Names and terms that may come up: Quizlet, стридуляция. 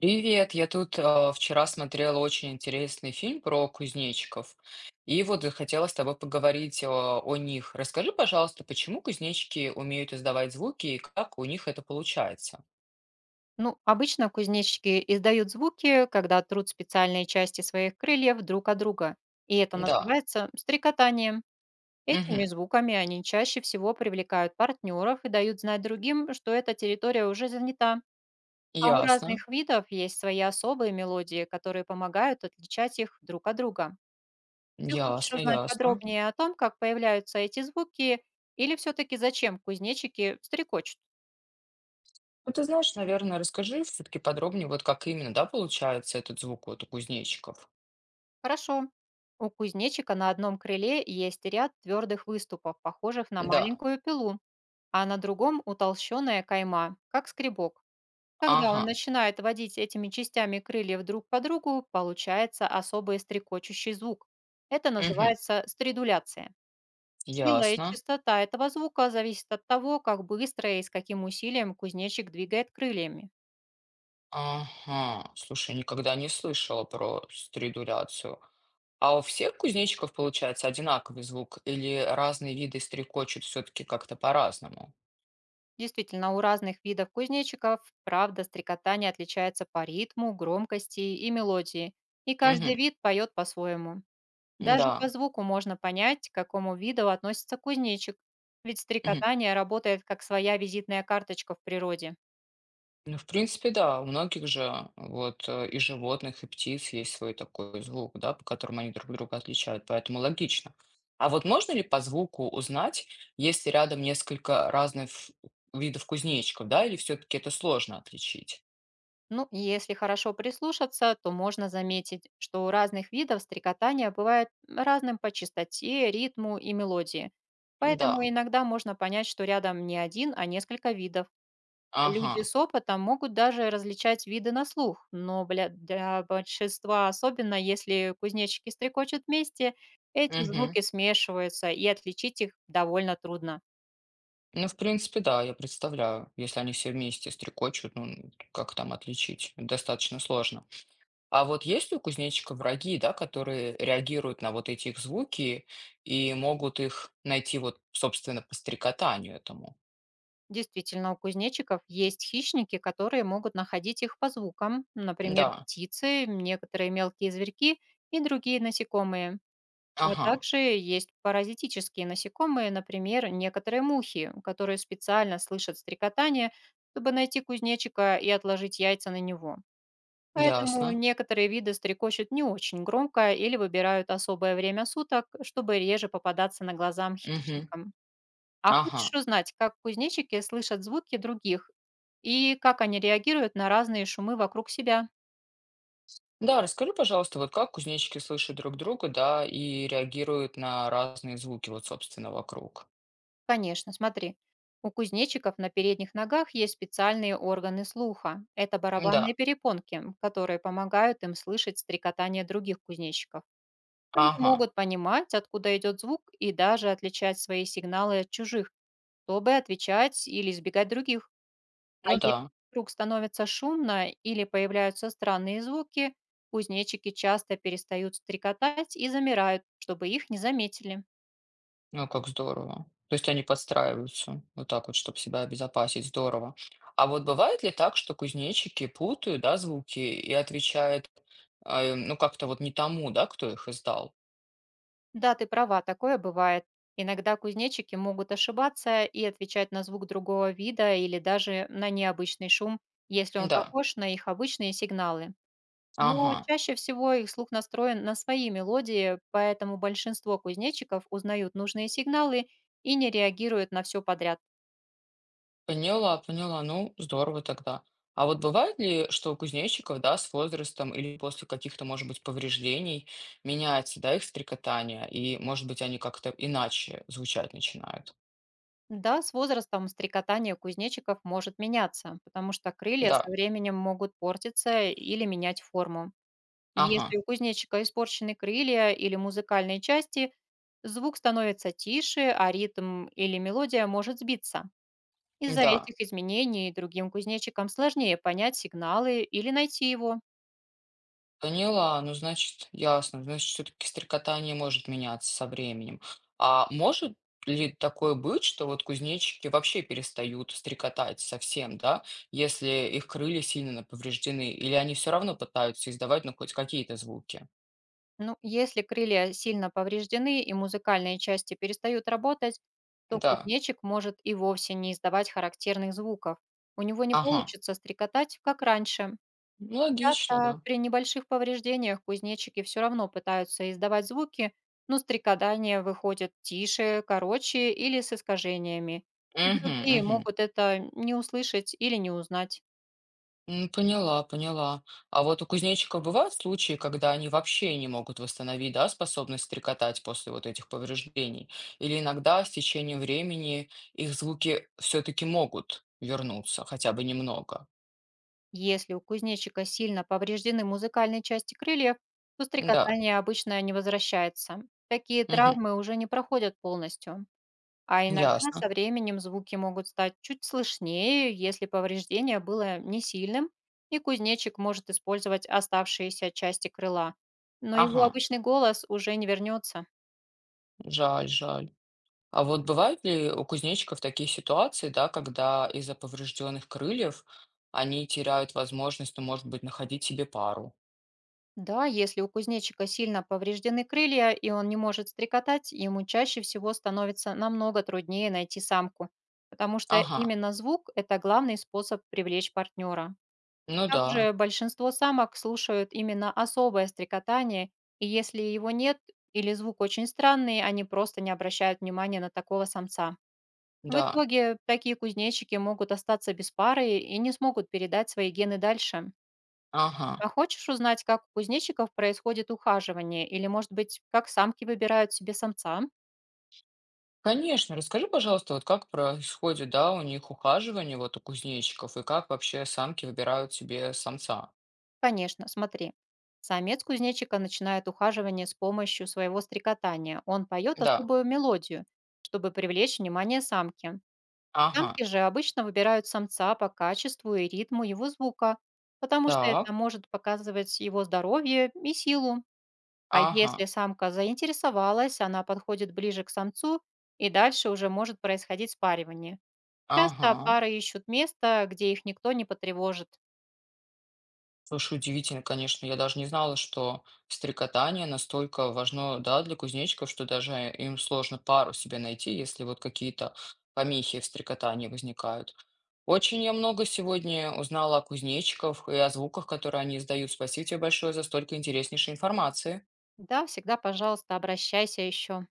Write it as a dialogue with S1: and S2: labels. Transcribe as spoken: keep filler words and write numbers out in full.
S1: Привет, я тут а, вчера смотрела очень интересный фильм про кузнечиков, и вот захотела с тобой поговорить а, о них. Расскажи, пожалуйста, почему кузнечики умеют издавать звуки и как у них это получается?
S2: Ну, обычно кузнечики издают звуки, когда трут специальные части своих крыльев друг от друга, и это
S1: Да,
S2: называется стрекотанием.
S1: мгм.
S2: Этими звуками они чаще всего привлекают партнеров и дают знать другим, что эта территория уже занята. А у
S1: Ясно,
S2: разных видов есть свои особые мелодии, которые помогают отличать их друг от друга. Ты хочешь
S1: ясно,
S2: узнать
S1: ясно.
S2: подробнее о том, как появляются эти звуки, или все-таки зачем кузнечики стрекочут?
S1: Ну, ты знаешь, наверное, расскажи все-таки подробнее, вот как именно, да, получается этот звук вот у кузнечиков.
S2: Хорошо. У кузнечика на одном крыле есть ряд твердых выступов, похожих на
S1: Да,
S2: маленькую пилу, а на другом утолщенная кайма, как скребок. Когда он
S1: ага,
S2: начинает водить этими частями крыльев друг по другу, получается особый стрекочущий звук. Это
S1: мгм.
S2: называется стридуляция. Сила и
S1: Ясно.
S2: частота этого звука зависит от того, как быстро и с каким усилием кузнечик двигает крыльями.
S1: Ага, слушай, никогда не слышала про стридуляцию. А у всех кузнечиков получается одинаковый звук или разные виды стрекочут все-таки как-то по-разному?
S2: Действительно, у разных видов кузнечиков, правда, стрекотание отличается по ритму, громкости и мелодии, и каждый
S1: Мгм.
S2: вид поет по-своему. Даже по
S1: Да.
S2: звуку можно понять, к какому виду относится кузнечик, ведь
S1: Мгм.
S2: стрекотание работает как своя визитная карточка в природе.
S1: Ну, в принципе, да, у многих же вот э, и животных, и птиц есть свой такой звук, да, по которому они друг друга отличают, поэтому логично. А вот можно ли по звуку узнать, если рядом несколько разных видов кузнечиков, да, или все-таки это сложно отличить?
S2: Ну, и если хорошо прислушаться, то можно заметить, что у разных видов стрекотания бывает разным по частоте, ритму и мелодии. Поэтому
S1: Да.
S2: иногда можно понять, что рядом не один, а несколько видов. Люди
S1: Ага.
S2: с опытом могут даже различать виды на слух, но бля- для большинства, особенно если кузнечики стрекочут вместе, эти
S1: Мгм.
S2: звуки смешиваются, и отличить их довольно трудно.
S1: Ну, в принципе, да, я представляю, если они все вместе стрекочут, ну, как там отличить? Достаточно сложно. А вот есть ли у кузнечика враги, да, которые реагируют на вот эти их звуки и могут их найти вот, собственно, по стрекотанию этому?
S2: Действительно, у кузнечиков есть хищники, которые могут находить их по звукам, например,
S1: Да,
S2: птицы, некоторые мелкие зверьки и другие насекомые. А
S1: ага,
S2: также есть паразитические насекомые, например, некоторые мухи, которые специально слышат стрекотание, чтобы найти кузнечика и отложить яйца на него. Поэтому
S1: ясно.
S2: некоторые виды стрекочут не очень громко или выбирают особое время суток, чтобы реже попадаться на глазам
S1: Мгм.
S2: хищникам. А
S1: Ага.
S2: хочешь узнать, как кузнечики слышат звуки других и как они реагируют на разные шумы вокруг себя?
S1: Да, расскажи, пожалуйста, вот как кузнечики слышат друг друга, да, и реагируют на разные звуки, вот, собственно, вокруг.
S2: Конечно, смотри. У кузнечиков на передних ногах есть специальные органы слуха. Это барабанные
S1: Да,
S2: перепонки, которые помогают им слышать стрекотание других кузнечиков. Они
S1: ага,
S2: могут понимать, откуда идет звук, и даже отличать свои сигналы от чужих, чтобы отвечать или избегать других. А
S1: ну
S2: если
S1: да.
S2: вдруг становится шумно или появляются странные звуки, кузнечики часто перестают стрекотать и замирают, чтобы их не заметили.
S1: Ну, как здорово. То есть они подстраиваются вот так вот, чтобы себя обезопасить. Здорово. А вот бывает ли так, что кузнечики путают, да, звуки и отвечают, э, ну, как-то вот не тому, да, кто их издал?
S2: Да, ты права, такое бывает. Иногда кузнечики могут ошибаться и отвечать на звук другого вида или даже на необычный шум, если он
S1: Да.
S2: похож на их обычные сигналы. Но
S1: Ага.
S2: чаще всего их слух настроен на свои мелодии, поэтому большинство кузнечиков узнают нужные сигналы и не реагируют на все подряд.
S1: Поняла, поняла. Ну, здорово тогда. А вот бывает ли, что у кузнечиков, да, с возрастом или после каких-то, может быть, повреждений меняется, да, их стрекотание, и, может быть, они как-то иначе звучать начинают?
S2: Да, с возрастом стрекотание кузнечиков может меняться, потому что крылья со
S1: Да.
S2: временем могут портиться или менять форму.
S1: Ага.
S2: Если у кузнечика испорчены крылья или музыкальные части, звук становится тише, а ритм или мелодия может сбиться. Из-за
S1: Да.
S2: этих изменений другим кузнечикам сложнее понять сигналы или найти его.
S1: Поняла, ну, значит, ясно. Значит, все-таки стрекотание может меняться со временем. А может ли такое быть, что вот кузнечики вообще перестают стрекотать совсем, да, если их крылья сильно повреждены, или они все равно пытаются издавать, ну, хоть какие-то звуки?
S2: Ну, если крылья сильно повреждены и музыкальные части перестают работать, то
S1: Да.
S2: кузнечик может и вовсе не издавать характерных звуков. У него не
S1: Ага.
S2: получится стрекотать, как раньше.
S1: Ну, логично,
S2: Часто
S1: да.
S2: при небольших повреждениях кузнечики все равно пытаются издавать звуки, но стрекотания выходят тише, короче или с искажениями. И
S1: Угу,
S2: другие
S1: угу.
S2: могут это не услышать или не узнать.
S1: М, Поняла, поняла. А вот у кузнечиков бывают случаи, когда они вообще не могут восстановить, да, способность стрекотать после вот этих повреждений? Или иногда с течением времени их звуки все-таки могут вернуться, хотя бы немного?
S2: Если у кузнечика сильно повреждены музыкальные части крыльев, то
S1: Да,
S2: стрекотание обычно не возвращается. Такие
S1: мгм,
S2: травмы уже не проходят полностью. А иногда
S1: ясно.
S2: со временем звуки могут стать чуть слышнее, если повреждение было не сильным, и кузнечик может использовать оставшиеся части крыла. Но его
S1: Ага,
S2: обычный голос уже не вернется.
S1: жаль, жаль. А вот бывают ли у кузнечиков такие ситуации, да, когда из-за поврежденных крыльев они теряют возможность, ну, может быть, находить себе пару?
S2: Да, если у кузнечика сильно повреждены крылья, и он не может стрекотать, ему чаще всего становится намного труднее найти самку, потому что
S1: Ага,
S2: именно звук– это главный способ привлечь партнера.
S1: ну да,
S2: Также большинство самок слушают именно особое стрекотание, и если его нет или звук очень странный, они просто не обращают внимания на такого самца. В
S1: да,
S2: итоге такие кузнечики могут остаться без пары и не смогут передать свои гены дальше.
S1: ага.
S2: А хочешь узнать, как у кузнечиков происходит ухаживание, или, может быть, как самки выбирают себе самца?
S1: Конечно, расскажи, пожалуйста, вот как происходит, да, у них ухаживание вот у кузнечиков, и как вообще самки выбирают себе самца?
S2: Конечно, смотри. Самец кузнечика начинает ухаживание с помощью своего стрекотания. Он поет
S1: Да,
S2: особую мелодию, чтобы привлечь внимание самки.
S1: ага,
S2: Самки же обычно выбирают самца по качеству и ритму его звука, потому что
S1: так,
S2: это может показывать его здоровье и силу. А
S1: ага,
S2: если самка заинтересовалась, она подходит ближе к самцу, и дальше уже может происходить спаривание. Часто
S1: ага.
S2: пары ищут место, где их никто не потревожит.
S1: Слушай, удивительно, конечно, я даже не знала, что стрекотание настолько важно, да, для кузнечиков, что даже им сложно пару себе найти, если вот какие-то помехи в стрекотании возникают. Очень я много сегодня узнала о кузнечиках и о звуках, которые они издают. Спасибо тебе большое за столько интереснейшей информации.
S2: Да, всегда, пожалуйста, обращайся еще.